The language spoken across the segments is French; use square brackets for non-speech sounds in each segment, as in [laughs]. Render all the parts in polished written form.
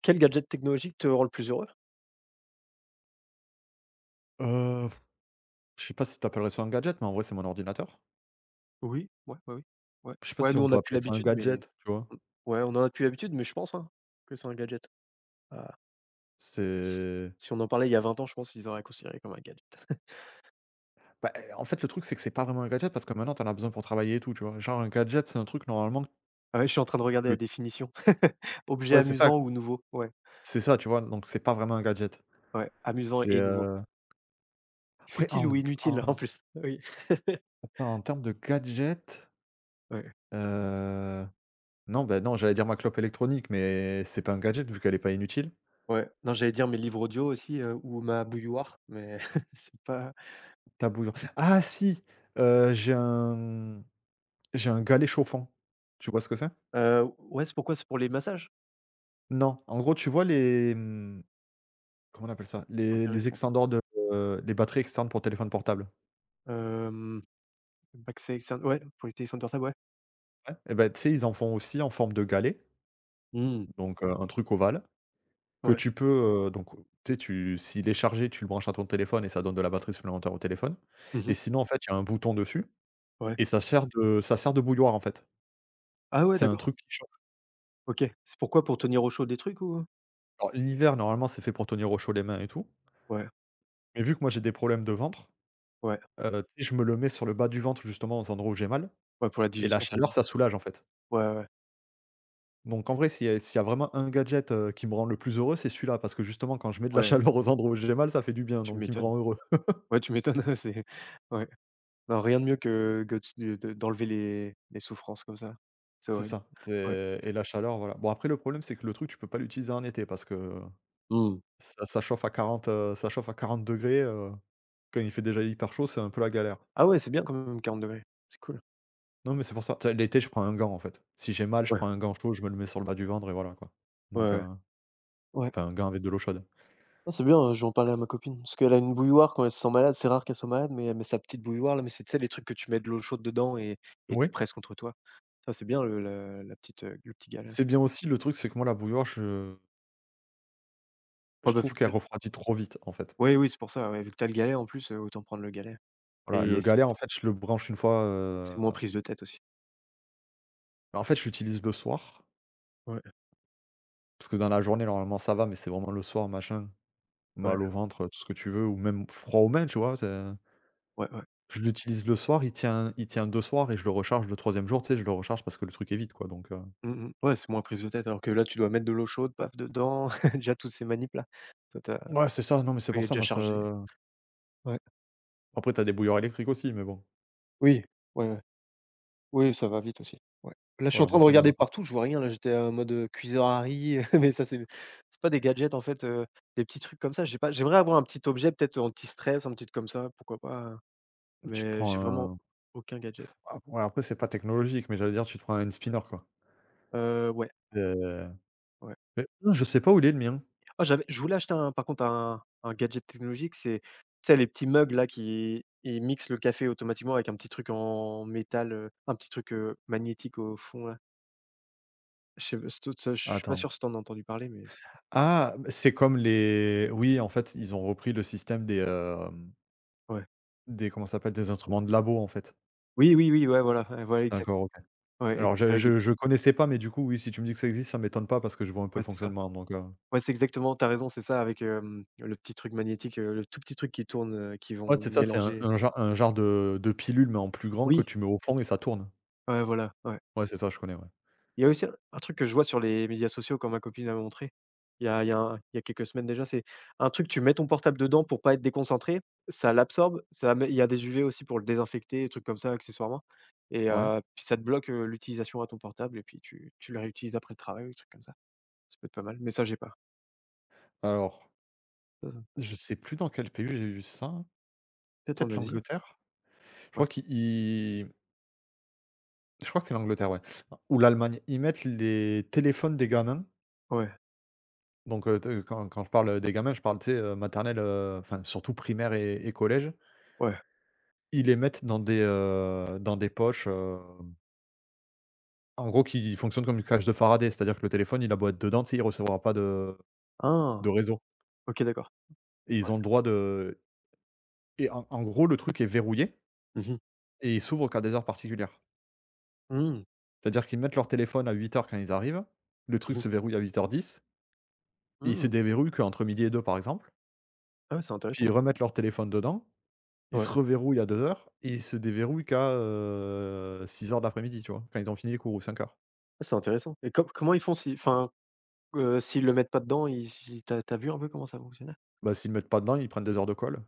Quel gadget technologique te rend le plus heureux? Heu, je sais pas si tu appellerais ça un gadget, mais en vrai, c'est mon ordinateur. Oui, ouais, ouais, oui. Ouais. Je sais pas Ouais, si nous, on on peut n'a plus appeler ça un l'habitude, mais gadget, tu vois? mmh, ouais, on en a plus l'habitude, mais je pense, hein, que c'est un gadget. Ah, si C'est si on en parlait il y a 20 ans, je pense qu'ils auraient considéré comme un gadget. bah, en fait, le truc, c'est que c'est pas vraiment un gadget parce que maintenant, tu en as besoin pour travailler et tout, tu vois? Genre un gadget, c'est un truc normalement Ah ouais, je suis en train de regarder que la définition. [laughs] Objet ouais, amusant ou nouveau. Ouais, c'est ça, tu vois? Donc c'est pas vraiment un gadget. ouais, amusant C'est, et nouveau. Après Futile en ou g inutile, en en plus. Oui. [laughs] Attends, en termes de gadget, Ouais, heu, non, bah, non, j'allais dire ma clope électronique, mais c'est pas un gadget vu qu'elle est pas inutile. ouais. Non, j'allais dire mes livres audio aussi, ou ma bouilloire, mais [laughs] c'est pas, Ta bouillan Ah si! Heu, j'ai un, mmh, j'ai un galet chauffant. Tu vois ce que c'est? Ouais, c'est pourquoi? C'est pour les massages? Non, en gros, tu vois les, comment on appelle ça? Les Intéressant ça. extendeurs les batteries externes pour téléphone portable? Hem Baxter Alexandre ouais, pour les téléphones portables, ouais. Ouais. Et ben tu sais, ils en font aussi en forme de galet, Mmh. Un truc ovale que Ouais. tu peux, donc tu sais, tu s'il est chargé, tu le branches à ton téléphone et ça donne de la batterie supplémentaire au téléphone. Mmh Et mh. sinon, en fait, il y a un bouton dessus Ouais. et ça sert de bouilloire, en fait. Ah ouais, C'est un d'accord. truc qui chauffe. OK. C'est pourquoi? Pour tenir au chaud des trucs ou? Alors l'hiver, normalement, c'est fait pour tenir au chaud les mains et tout. Ouais, Mais vu que moi j'ai des problèmes de ventre, ouais, tu sais, je me le mets sur le bas du ventre, justement, aux endroits où j'ai mal ouais, pour la et la digestion, c'est chaleur, bien. ça soulage, en fait. Ouais, ouais, ouais, Donc en vrai, s'il y a vraiment un gadget, qui me rend le plus heureux, c'est celui-là, parce que justement quand je mets de la [laughs] ouais, chaleur aux endroits où j'ai mal, ça fait du bien, tu donc il me m'étonnes. rend heureux. [laughs] Ouais, tu m'étonnes, [laughs] c'est ouais. Non, rien de mieux que tu de d'enlever les souffrances comme ça. C'est C'est horrible. ça, Ouais. c'est et la chaleur, voilà. Bon après le problème, c'est que le truc, tu peux pas l'utiliser en été parce que Mmh. ça chauffe à 40, ça chauffe à 40°, quand il fait déjà hyper chaud, c'est un peu la galère. Ah ouais, c'est bien quand même 40°. C'est cool. Non mais c'est pour ça, tu l'été, je prends un gant en fait. Si j'ai mal, je Ouais, prends un gant chaud, je me le mets sur le bas du ventre et voilà quoi. ouais, Donc, ouais. Ouais. enfin un gant avec de l'eau chaude. Ah, c'est bien, je vais en parler à ma copine parce qu'elle a une bouilloire quand elle se sent malade. C'est rare qu'elle soit malade, mais elle met sa petite bouilloire là, mais c'est tu sais les trucs que tu mets de l'eau chaude dedans et Oui. tu presses contre toi. Ça, c'est bien le la la petite, le petit galet. C'est bien aussi, le truc, c'est que moi la bouilloire, je Ouais, je bah, trouve vu que qu'elle t'as, as refroidit trop vite en fait. oui, oui, c'est pour ça, ouais, vu que t'as le galet en plus, autant prendre le galet Voilà, et le c galet, en fait, je le branche une fois, c'est moins prise de tête aussi. bah, en fait, je l'utilise le soir Ouais, parce que dans la journée, normalement, ça va, mais c'est vraiment le soir, machin, ouais, mal au ventre, tout ce que tu veux ou même froid aux mains, tu vois? Tu ouais, ouais. je l'utilise le soir, il tient 2 soirs et je le recharge le troisième jour, tu sais? Je le recharge parce que le truc est vide, quoi. Donc, Mmh mh. Ouais, c'est moins prise de tête alors que là, tu dois mettre de l'eau chaude, paf, dedans, [laughs] déjà toutes ces manips là. Il ouais, c'est ça. Non, mais c'est pour est ça, déjà moi, chargé. ça Ouais. après, t'as des bouilleurs électriques aussi, mais bon. Oui, ouais, ouais. Oui, ça va vite aussi. Ouais. Là, je suis en Voilà, train moi, de ça me regarder partout, je vois rien là, j'étais en mode, cuiseur à riz, [laughs] mais ça, c'est pas des gadgets en fait, des petits trucs comme ça, j'ai pas j'aimerais avoir un petit objet peut-être anti-stress, un petit comme ça, pourquoi pas, tu te mais prends j'ai vraiment un aucun gadget. ah, ouais, après, c'est pas technologique, mais j'allais dire, tu te prends un hand spinner, quoi, Ouais, heu, ouais. mais je sais pas où il est, le mien. Ah j'avais je voulais acheter un par contre un gadget technologique, c'est tu sais les petits mugs là qui ils mixent le café automatiquement avec un petit truc en métal, un petit truc, magnétique au fond là. Je sais p je suis pas Attends. sûr si t'en as entendu parler mais c'est Ah, c'est comme les oui, en fait, ils ont repris le système ouais. des comment ça s'appelle? Des instruments de labo, en fait. Oui, oui, oui, ouais, voilà, ouais, voilà, exact. D'accord, OK. Ouais, Alors exact, je avec les je je petits connaissais pas, mais du coup, oui, si tu me dis que ça existe, ça m'étonne pas parce que je vois un peu ouais, le c'est ça. fonctionnement, donc Ouais, c'est exactement, tu raison, c'est ça avec, le petit truc magnétique, le tout petit truc qui tourne, qu'ils vont ouais, c'est ça, c'est un mélanger. un genre un genre de de pilule, mais en plus grand que Oui, tu mets au fond et ça tourne. ouais, voilà, ouais. Ouais, c'est ça, je connais, ouais. Il y a aussi un truc que je vois sur les médias sociaux quand ma copine m'a montré, il y a quelques semaines déjà, c'est un truc, tu mets ton portable dedans pour pas être déconcentré, ça l'absorbe, ça met il y a des UV aussi pour le désinfecter, des trucs comme ça accessoirement et Ouais. Puis ça te bloque, l'utilisation à ton portable et puis tu le réutilises après le travail ou des trucs comme ça. Ça peut être pas mal, mais ça j'ai pas. Alors, je sais plus dans quel pays j'ai vu ça. Peut-être en Peut-être Asie? l'Angleterre? Je Ouais, crois qu'ils ils je crois que c'est l'Angleterre, ouais, ou l'Allemagne. Ils mettent les téléphones des gamins. ouais, Donc, te quand quand je parle des gamins, je parle, tu sais, maternelle, enfin surtout primaire et collège. ouais. Ils les mettent dans des poches, en gros qui fonctionnent comme une cage de Faraday. C'est-à-dire que le téléphone, il a beau être dedans, tu sais, il ne recevra pas de Ah! de réseau OK, d'accord. et ils Ouais. ont le droit de et en gros, le truc est verrouillé Mmh mh. et il s'ouvre qu'à des heures particulières. Mmh. C'est-à-dire qu'ils mettent leur téléphone à 8h quand ils arrivent, le truc Mmh. se verrouille à 08:10 et il se Mmh. déverrouille qu'entre midi et deux par exemple, Ah ouais, c'est puis intéressant. ils remettent leur téléphone dedans. Ils se Ouais, reverrouillent à 2:00 et ils se déverrouillent qu'à 6h de l'après-midi, tu vois? Quand ils ont fini les cours ou 5h. c'est intéressant et comment ils font si enfin, s'ils le mettent pas dedans, ils ils tu as vu un peu comment ça fonctionnait? Bah, s'ils le mettent pas dedans, ils prennent 2 heures de colle.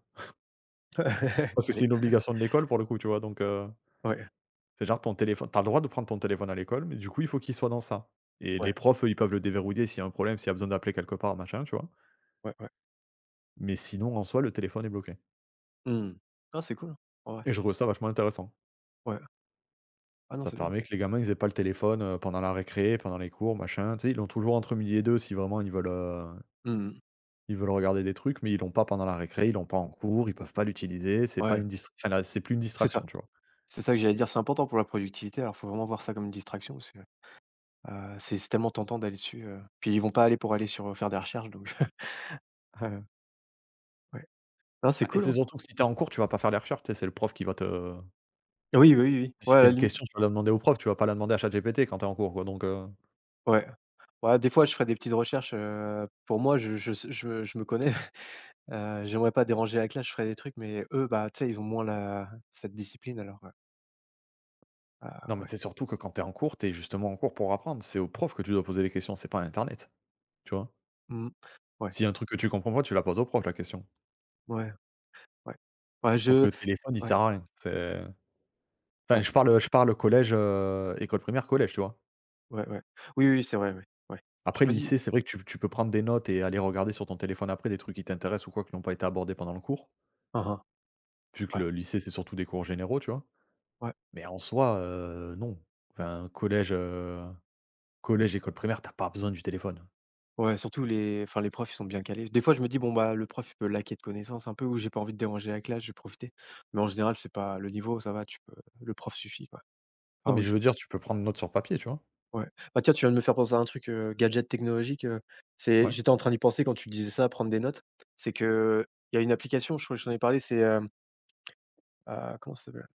[laughs] Parce que c'est Allez. une obligation de l'école pour le coup, tu vois? Donc, Ouais, c'est genre ton téléphone t'as le droit de prendre ton téléphone à l'école, mais du coup, il faut qu'il soit dans ça. Et les ouais, profs, eux, ils peuvent le déverrouiller s'il y a un problème, s'il y a besoin d'appeler quelque part, machin, tu vois? ouais, ouais. Mais sinon, en soi, le téléphone est bloqué. Mmh. Ah, c'est cool, hein. Ouais, Et je trouve ça vachement intéressant. ouais. Ah non, Ça c'est bien. permet que les gamins, ils aient pas le téléphone, pendant la récré, pendant les cours, machin. Tu sais, ils l'ont toujours entre midi et 2 si vraiment ils veulent. Mmh. Ils veulent regarder des trucs, mais ils l'ont pas pendant la récré, ils l'ont pas en cours, ils peuvent pas l'utiliser, c'est pas Ouais, une enfin là, c'est plus une c'est distraction, ça. tu vois? C'est ça que j'allais dire, c'est important pour la productivité. Alors, faut vraiment voir ça comme une distraction parce que, c'est tellement tentant d'aller dessus, puis ils vont pas aller pour aller sur, faire des recherches donc [laughs] heu, ouais. Ah, c'est Bah et cool, c'est hein. surtout que si tu es en cours, tu vas pas faire les recherches, tu sais, c'est le prof qui va te Oui, oui, oui, oui. si Ouais, à tu as la une limi question, tu vas la demander au prof, tu vas pas la demander à ChatGPT quand tu es en cours, quoi. Donc, ouais. Ouais, des fois, je ferai des petites recherches, pour moi, je me connais, [laughs] j'aimerais pas déranger la classe, je ferais des trucs, mais eux, bah, tu sais, ils ont moins la cette discipline alors, ah non, mais ouais, c'est surtout que quand tu es en cours, tu es justement en cours pour apprendre, c'est au prof que tu dois poser les questions, c'est pas à internet, tu vois? mmh, ouais, S'il y a un truc que tu comprends pas, tu la poses au prof la question. ouais, ouais. Ouais, Donc je le téléphone, il ouais, sert à rien. C'est Enfin, ouais, je parle collège, école primaire, collège, tu vois? ouais, ouais. Oui, oui, c'est vrai, ouais, ouais. Je Après le me dis lycée, c'est vrai que tu peux prendre des notes et aller regarder sur ton téléphone après des trucs qui t'intéressent ou quoi, qui n'ont pas été abordés pendant le cours, hein, hein, vu que ouais, le lycée, c'est surtout des cours généraux, tu vois? ouais, Mais en soi, non. Enfin, collège, mmh, école primaire, t'as pas besoin du téléphone. ouais, surtout les enfin, les profs, ils sont bien calés. Des fois, je me dis: «Bon, bah, le prof, il peut laquer de connaissances un peu» ou «J'ai pas envie de déranger la classe, je vais profiter». Mais en général, c'est pas le niveau, ça va, tu peux le prof suffit, quoi. Non, Enfin, mais oui. je veux dire, tu peux prendre note sur papier, tu vois? Ouais. Bah, tiens, tu viens de me faire penser à un truc, gadget technologique, c'est Ouais, j'étais en train d'y penser quand tu disais ça, prendre des notes. C'est que, il y a une application, je crois que je ai parlé, c'est, comment ça s'appelle?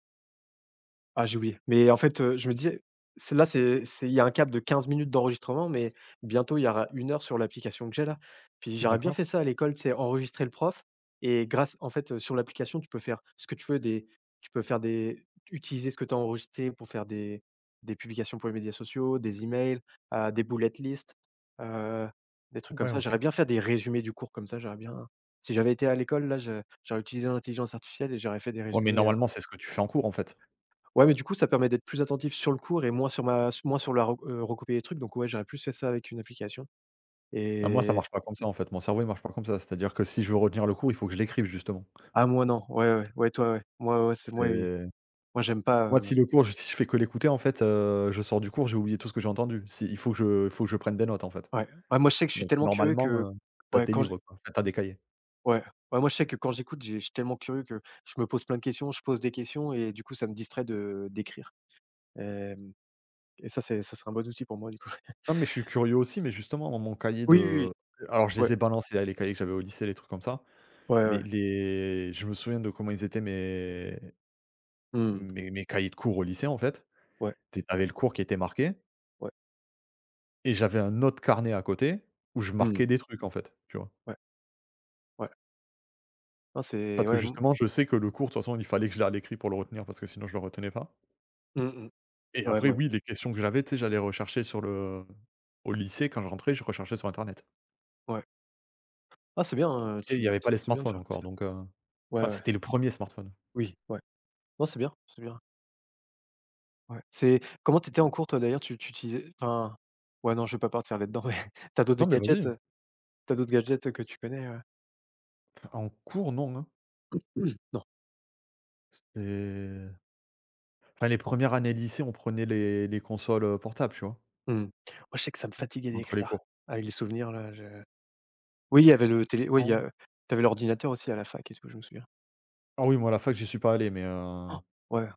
Ah, j'ai oublié. Mais en fait, je me disais, c'est là, c'est il y a un cap de 15 minutes d'enregistrement, mais bientôt, il y aura 1 heure sur l'application que j'ai là. Puis j'aurais bien d'accord. fait ça à l'école, c'est enregistrer le prof et grâce en fait, sur l'application, tu peux faire ce que tu veux, des tu peux faire des utiliser ce que tu as enregistré pour faire des publications pour les médias sociaux, des emails, des bullet lists, heu, des trucs comme Ouais, ça. OK. J'aurais bien fait des résumés du cours comme ça, j'aurais bien si j'avais été à l'école, là, je j'aurais utilisé l'intelligence artificielle et j'aurais fait des Ouais, mais résumés. normalement, c'est ce que tu fais en cours, en fait. Ouais, mais du coup, ça permet d'être plus attentif sur le cours et moins sur ma moins sur la re recopier les trucs, donc ouais, j'aurais plus fait ça avec une application Ah moi, ça et marche pas comme ça, en fait. Mon cerveau, il marche pas comme ça. C'est-à-dire que si je veux retenir le cours, il faut que je l'écrive, justement. ah, moi non, ouais, ouais, ouais, toi, ouais. Moi, ouais, c'est moi, i C'est moi, j'aime pas, moi, si le cours, je si je fais que l'écouter, en fait, je sors du cours, j'ai oublié tout ce que j'ai entendu. Si il faut que je prenne des notes, en fait. ouais. Ouais, moi, je sais que je suis Donc tellement curieux normalement, que tu as ouais, tes quand j'ai livres, quoi. Enfin, tu des cahiers. ouais, ouais, moi, je sais que quand j'écoute, j'ai je suis tellement curieux que je me pose plein de questions, je pose des questions et du coup, ça me distrait de d'écrire, hem et ça, c'est ça serait un bon outil pour moi, du coup. [laughs] Non, mais je suis curieux aussi, mais justement, moi, mon cahier Oui, oui, oui, de alors, je ouais, les ai balancés, là, les cahiers que j'avais au lycée, les trucs comme ça, ouais, mais ouais. les je me souviens de comment ils étaient mes Mmh, mes mes cahiers de cours au lycée, en fait. ouais, Tu es le cours qui était marqué. ouais, Et j'avais un autre carnet à côté où je mmh, marquais des trucs, en fait, tu vois? ouais, ouais. Non, c'est Parce que ouais, mmh, justement, je sais que le cours, de toute façon, il fallait que je l'ai à l'écrit pour le retenir parce que sinon je le retenais pas. mmh mh. Et Ouais, après, ouais, oui, les questions que j'avais, tu sais, j'allais rechercher sur le au lycée, quand je rentrais, je recherchais sur internet. ouais. Ah c'est bien, Parce qu'il tu y avait pas les c'est bien de smartphones faire comme encore, ça. donc, Ouais, enfin, ouais, c'était le premier smartphone. oui, ouais. Non, c'est bien, c'est bien. Ouais. C'est comment tu étais en cours toi d'ailleurs? Tu utilisais enfin ouais non, je vais pas partir là-dedans, mais [laughs] t'as d'autres Non, mais gadgets, vas-y, que tu connais? en cours, non, hein. Non. C'est Enfin, les premières années lycée, on prenait les consoles, portables, tu vois? Mmh. Moi je sais que ça me fatiguait Entre les d'écrire. cours. Avec les souvenirs là, je oui, il y avait le télé oui, il y Non. a t'avais l'ordinateur aussi à la fac et tout, je me souviens. Ah oui, moi, à la fac, j'y suis pas allé, mais. Oh, ouais.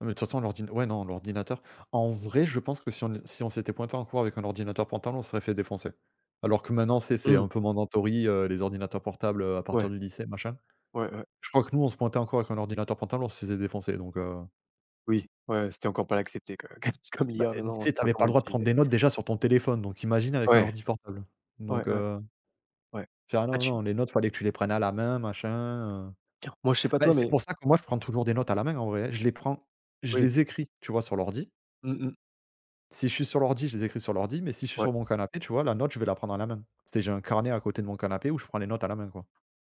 Non, mais de toute façon, l'ordinateur. Ouais, non, l'ordinateur en vrai, je pense que si on s'était pointé en cours avec un ordinateur portable, on se serait fait défoncer. Alors que maintenant, c'est un Mmh. peu mandatory, les ordinateurs portables, à Ouais, partir du lycée, machin. ouais, ouais. Je crois que nous, on se pointait en cours avec un ordinateur portable, on se faisait défoncer, donc Oui, ouais, c'était encore pas l'accepter que [laughs] comme bah, a tu maintenant, on sais, sait tu pas avais pas comment le droit de prendre l'utiliser. des notes déjà sur ton téléphone, donc imagine avec un Ouais, ordi portable. Donc ouais, ouais, ouais. faire ah Ah non, tu non, les notes, fallait que tu les prennes à la main, machin. tiens, moi je sais pas Bah, toi c'est mais pour ça que moi, je prends toujours des notes à la main en vrai, hein. Je oui. les écris, tu vois, sur l'ordi Mmh mh. Si je suis sur l'ordi, je les écris sur l'ordi, mais si je suis Ouais. sur mon canapé, tu vois, la note, je vais la prendre à la main. C'est J'ai un carnet à côté de mon canapé où je prends les notes à la main, quoi.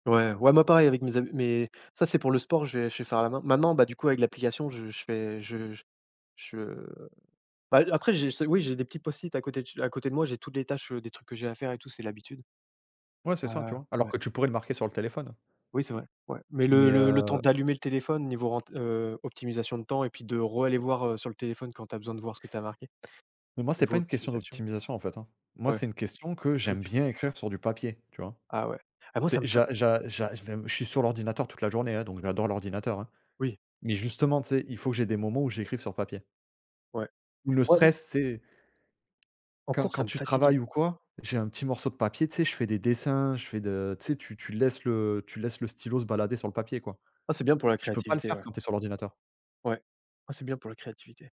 Ouais, ouais, moi pareil avec mes amis mais ça c'est pour le sport, je vais faire à la main. Maintenant, bah, du coup avec l'application, je fais je bah, après j'ai ce oui, j'ai des petits post-it à côté de ch à côté de moi, j'ai toutes les tâches, des trucs que j'ai à faire et tout, c'est l'habitude. Ouais, c'est ça, tu vois? Alors Ouais. que tu pourrais le marquer sur le téléphone. Oui, c'est vrai, ouais. Mais le Mais, le le temps heu, d'allumer le téléphone niveau rent optimisation de temps et puis de re-aller voir, sur le téléphone quand tu as besoin de voir ce que tu as marqué, mais moi, c'est pas niveau une question optimisation. d'optimisation, en fait, hein. Moi, Ouais, c'est une question que j'aime habitude. bien écrire sur du papier, tu vois? Ah ouais. Ah moi C'est ça me fa j'a j'a j'a je vais Je suis sur l'ordinateur toute la journée, hein, donc j'adore l'ordinateur, hein. oui, Mais justement, tu sais, il faut que j'ai des moments où j'écrive sur papier. ouais. Ou ne Moi, serait-ce, tu sais en Quand cours, ça quand me tu fatiguait. travailles ou quoi, j'ai un petit morceau de papier, tu sais, je fais des dessins, je fais de tu sais, tu laisses le stylo se balader sur le papier, quoi. Ah, c'est bien pour la Tu peux pas le créativité, faire ouais. quand tu es sur l'ordinateur. Ouais. Ah, c'est bien pour la créativité.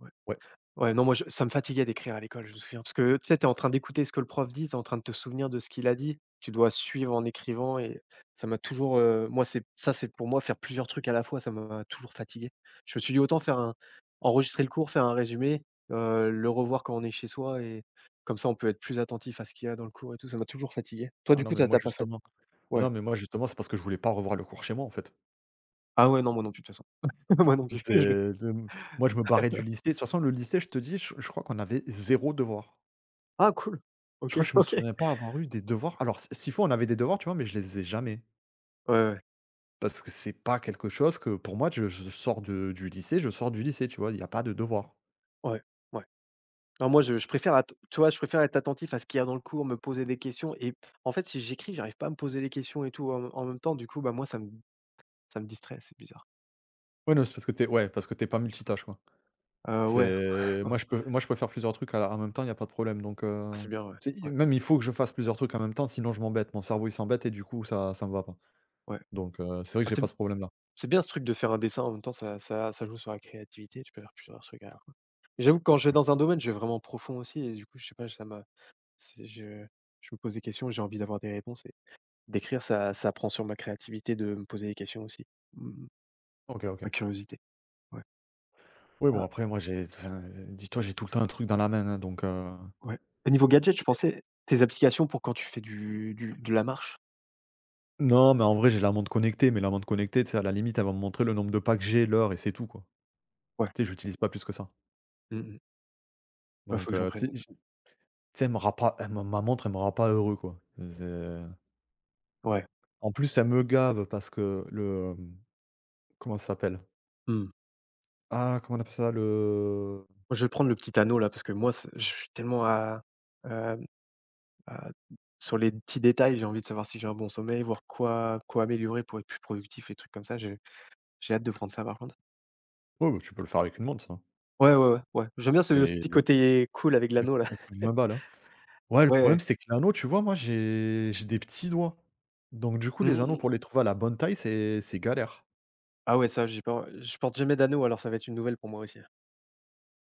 Ouais. Ouais. Ouais, non, moi, je ça me fatiguait d'écrire à l'école, je me souviens. Parce que, tu sais, tu es en train d'écouter ce que le prof dit, t'es en train de te souvenir de ce qu'il a dit. Tu dois suivre en écrivant et ça m'a toujours, moi, c'est ça, c'est pour moi, faire plusieurs trucs à la fois, ça m'a toujours fatigué. Je me suis dit: «Autant faire un enregistrer le cours, faire un résumé, le revoir quand on est chez soi et comme ça, on peut être plus attentif à ce qu'il y a dans le cours et tout». Ça m'a toujours fatigué. Toi, Ah du non, coup, mais t'as moi, t'a pas fat justement Ah ouais. non, mais moi, justement, c'est parce que je voulais pas revoir le cours chez moi, en fait. Ah ouais, non, moi non plus, de toute façon. [laughs] Moi non plus. [laughs] C'est Je le de Moi, je me barrais du lycée. De toute façon, le lycée, je te dis, je crois qu'on avait zéro devoir. ah cool! Je OK, crois que je me OK. souviens pas avoir eu des devoirs. Alors, s'il faut, on avait des devoirs, tu vois, mais je les faisais jamais. Ouais, ouais, ouais. Parce que c'est pas quelque chose que, pour moi, je sors du lycée, tu vois? Il y a pas de devoirs. Ouais. Ouais. Non, moi, je préfère att tu vois, je préfère être attentif à ce qu'il y a dans le cours, me poser des questions et en fait, si j'écris, j'arrive pas à me poser les questions et tout en même temps, du coup, bah, moi, ça me distrait, c'est bizarre. Ouais, non, c'est parce que t'es ouais, parce que t'es pas multitâche, quoi. Ouais, [laughs] C'est ouais, moi je peux faire plusieurs trucs à la en même temps, il y a pas de problème, donc c'est bien, ouais, c'est ouais, même, il faut que je fasse plusieurs trucs en même temps, sinon je m'embête. Mon cerveau, il s'embête et du coup ça me va pas, ouais. donc c'est vrai que Ah, j'ai pas ce problème-là. c'est bien ce truc de faire un dessin en même temps, ça joue sur la créativité, tu peux faire plusieurs trucs à la fois. Et j'avoue que quand je vais dans un domaine, je vais vraiment profond aussi et du coup, je sais pas, ça m'a c'est je me pose des questions, j'ai envie d'avoir des réponses et d'écrire, ça prend sur ma créativité de me poser des questions aussi. Mmh, OK, OK. ma curiosité, ouais. Oui, bon, après, moi j'ai dis-toi, j'ai tout le temps un truc dans la main, hein, donc Ouais. Au niveau gadget, je c'est pensais, tes applications pour quand tu fais du de la marche? non, mais en vrai, j'ai la montre connectée, mais la montre connectée, tu sais, à la limite, elle va me montrer le nombre de pas que j'ai, l'heure et c'est tout, quoi. Ouais. Tu sais, j'utilise pas plus que ça, Mmh mh. Ouais, faut donc que j'en tu prenne sais, une. j tu sais, elle me rend pas elle me ma montre, elle me rend pas heureux, quoi. C'est Ouais. En plus, elle me gave parce que comment ça s'appelle? Mmh. Ah, comment on appelle ça? Le Moi, je vais prendre le petit anneau là parce que moi, c'est je suis tellement à, hem, à sur les petits détails, j'ai envie de savoir si j'ai un bon sommeil, voir quoi améliorer pour être plus productif, les trucs comme ça. J'ai hâte de prendre ça par contre. Oh, bah, tu peux le faire avec une montre, ça, Ouais, ouais, ouais, ouais. J'aime bien ce et petit côté cool avec un l'anneau là. un coup [laughs] de 20 balles, hein. Ouais, le Ouais. problème, c'est que l'anneau, tu vois, moi, j'ai des petits doigts. Donc du coup, les Mmh anneaux, mh. pour les trouver à la bonne taille, c'est galère. Ah ouais, ça, j'ai pas je porte jamais d'anneau alors ça va être une nouvelle pour moi aussi.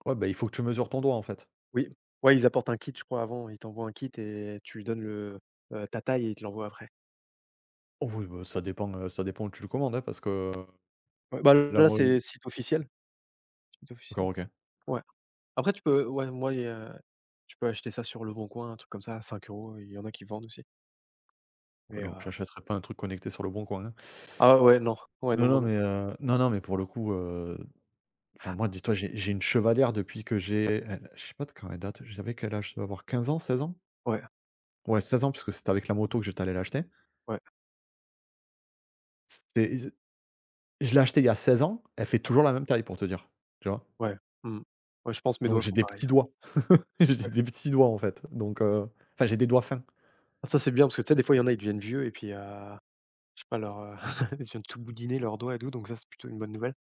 Ouais, bah, il faut que tu mesures ton doigt, en fait. Oui, ouais, ils apportent un kit, je crois, avant. Ils t'envoient un kit et tu lui donnes le, ta taille et ils te l'envoient après. Oh oui, bah, ça dépend où tu le commandes, hein, parce que Ouais, bah, là, là, moi c'est site officiel, site officiel. D'accord, OK. Ouais. Après, tu peux ouais, moi, il y a tu peux acheter ça sur Leboncoin, un truc comme ça, à 5 euros. Il y en a qui vendent aussi. Ouais, Mais, non, j'achèterai pas un truc connecté sur le Bon Coin, hein. ah ouais, non. Ouais, Non, non, non, non, non. mais non, non, mais pour le coup, enfin, moi, dis-toi, j'ai une chevalière depuis que j'ai elle je sais pas de quand elle date, je savais quel âge, je dois avoir 15 ans, 16 ans? Ouais, Ouais, 16 ans parce que c'était avec la moto que j'étais allé l'acheter. ouais, C'était Je l'ai achetée il y a 16 ans, elle fait ouais, toujours la même taille pour te dire, tu vois? ouais, mmh. Ouais, je pense mes Donc doigts j'ai font des petits pareil. doigts. [laughs] J'ai Ouais. des petits doigts, en fait, donc enfin, j'ai des doigts fins. Ah, ça, c'est bien parce que tu sais, des fois, il y en a, ils deviennent vieux et puis, je sais pas, leur, [laughs] ils deviennent tout boudiner leurs doigts et tout, donc ça, c'est plutôt une bonne nouvelle,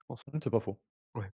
je pense. Mmh, c'est pas faux. Ouais.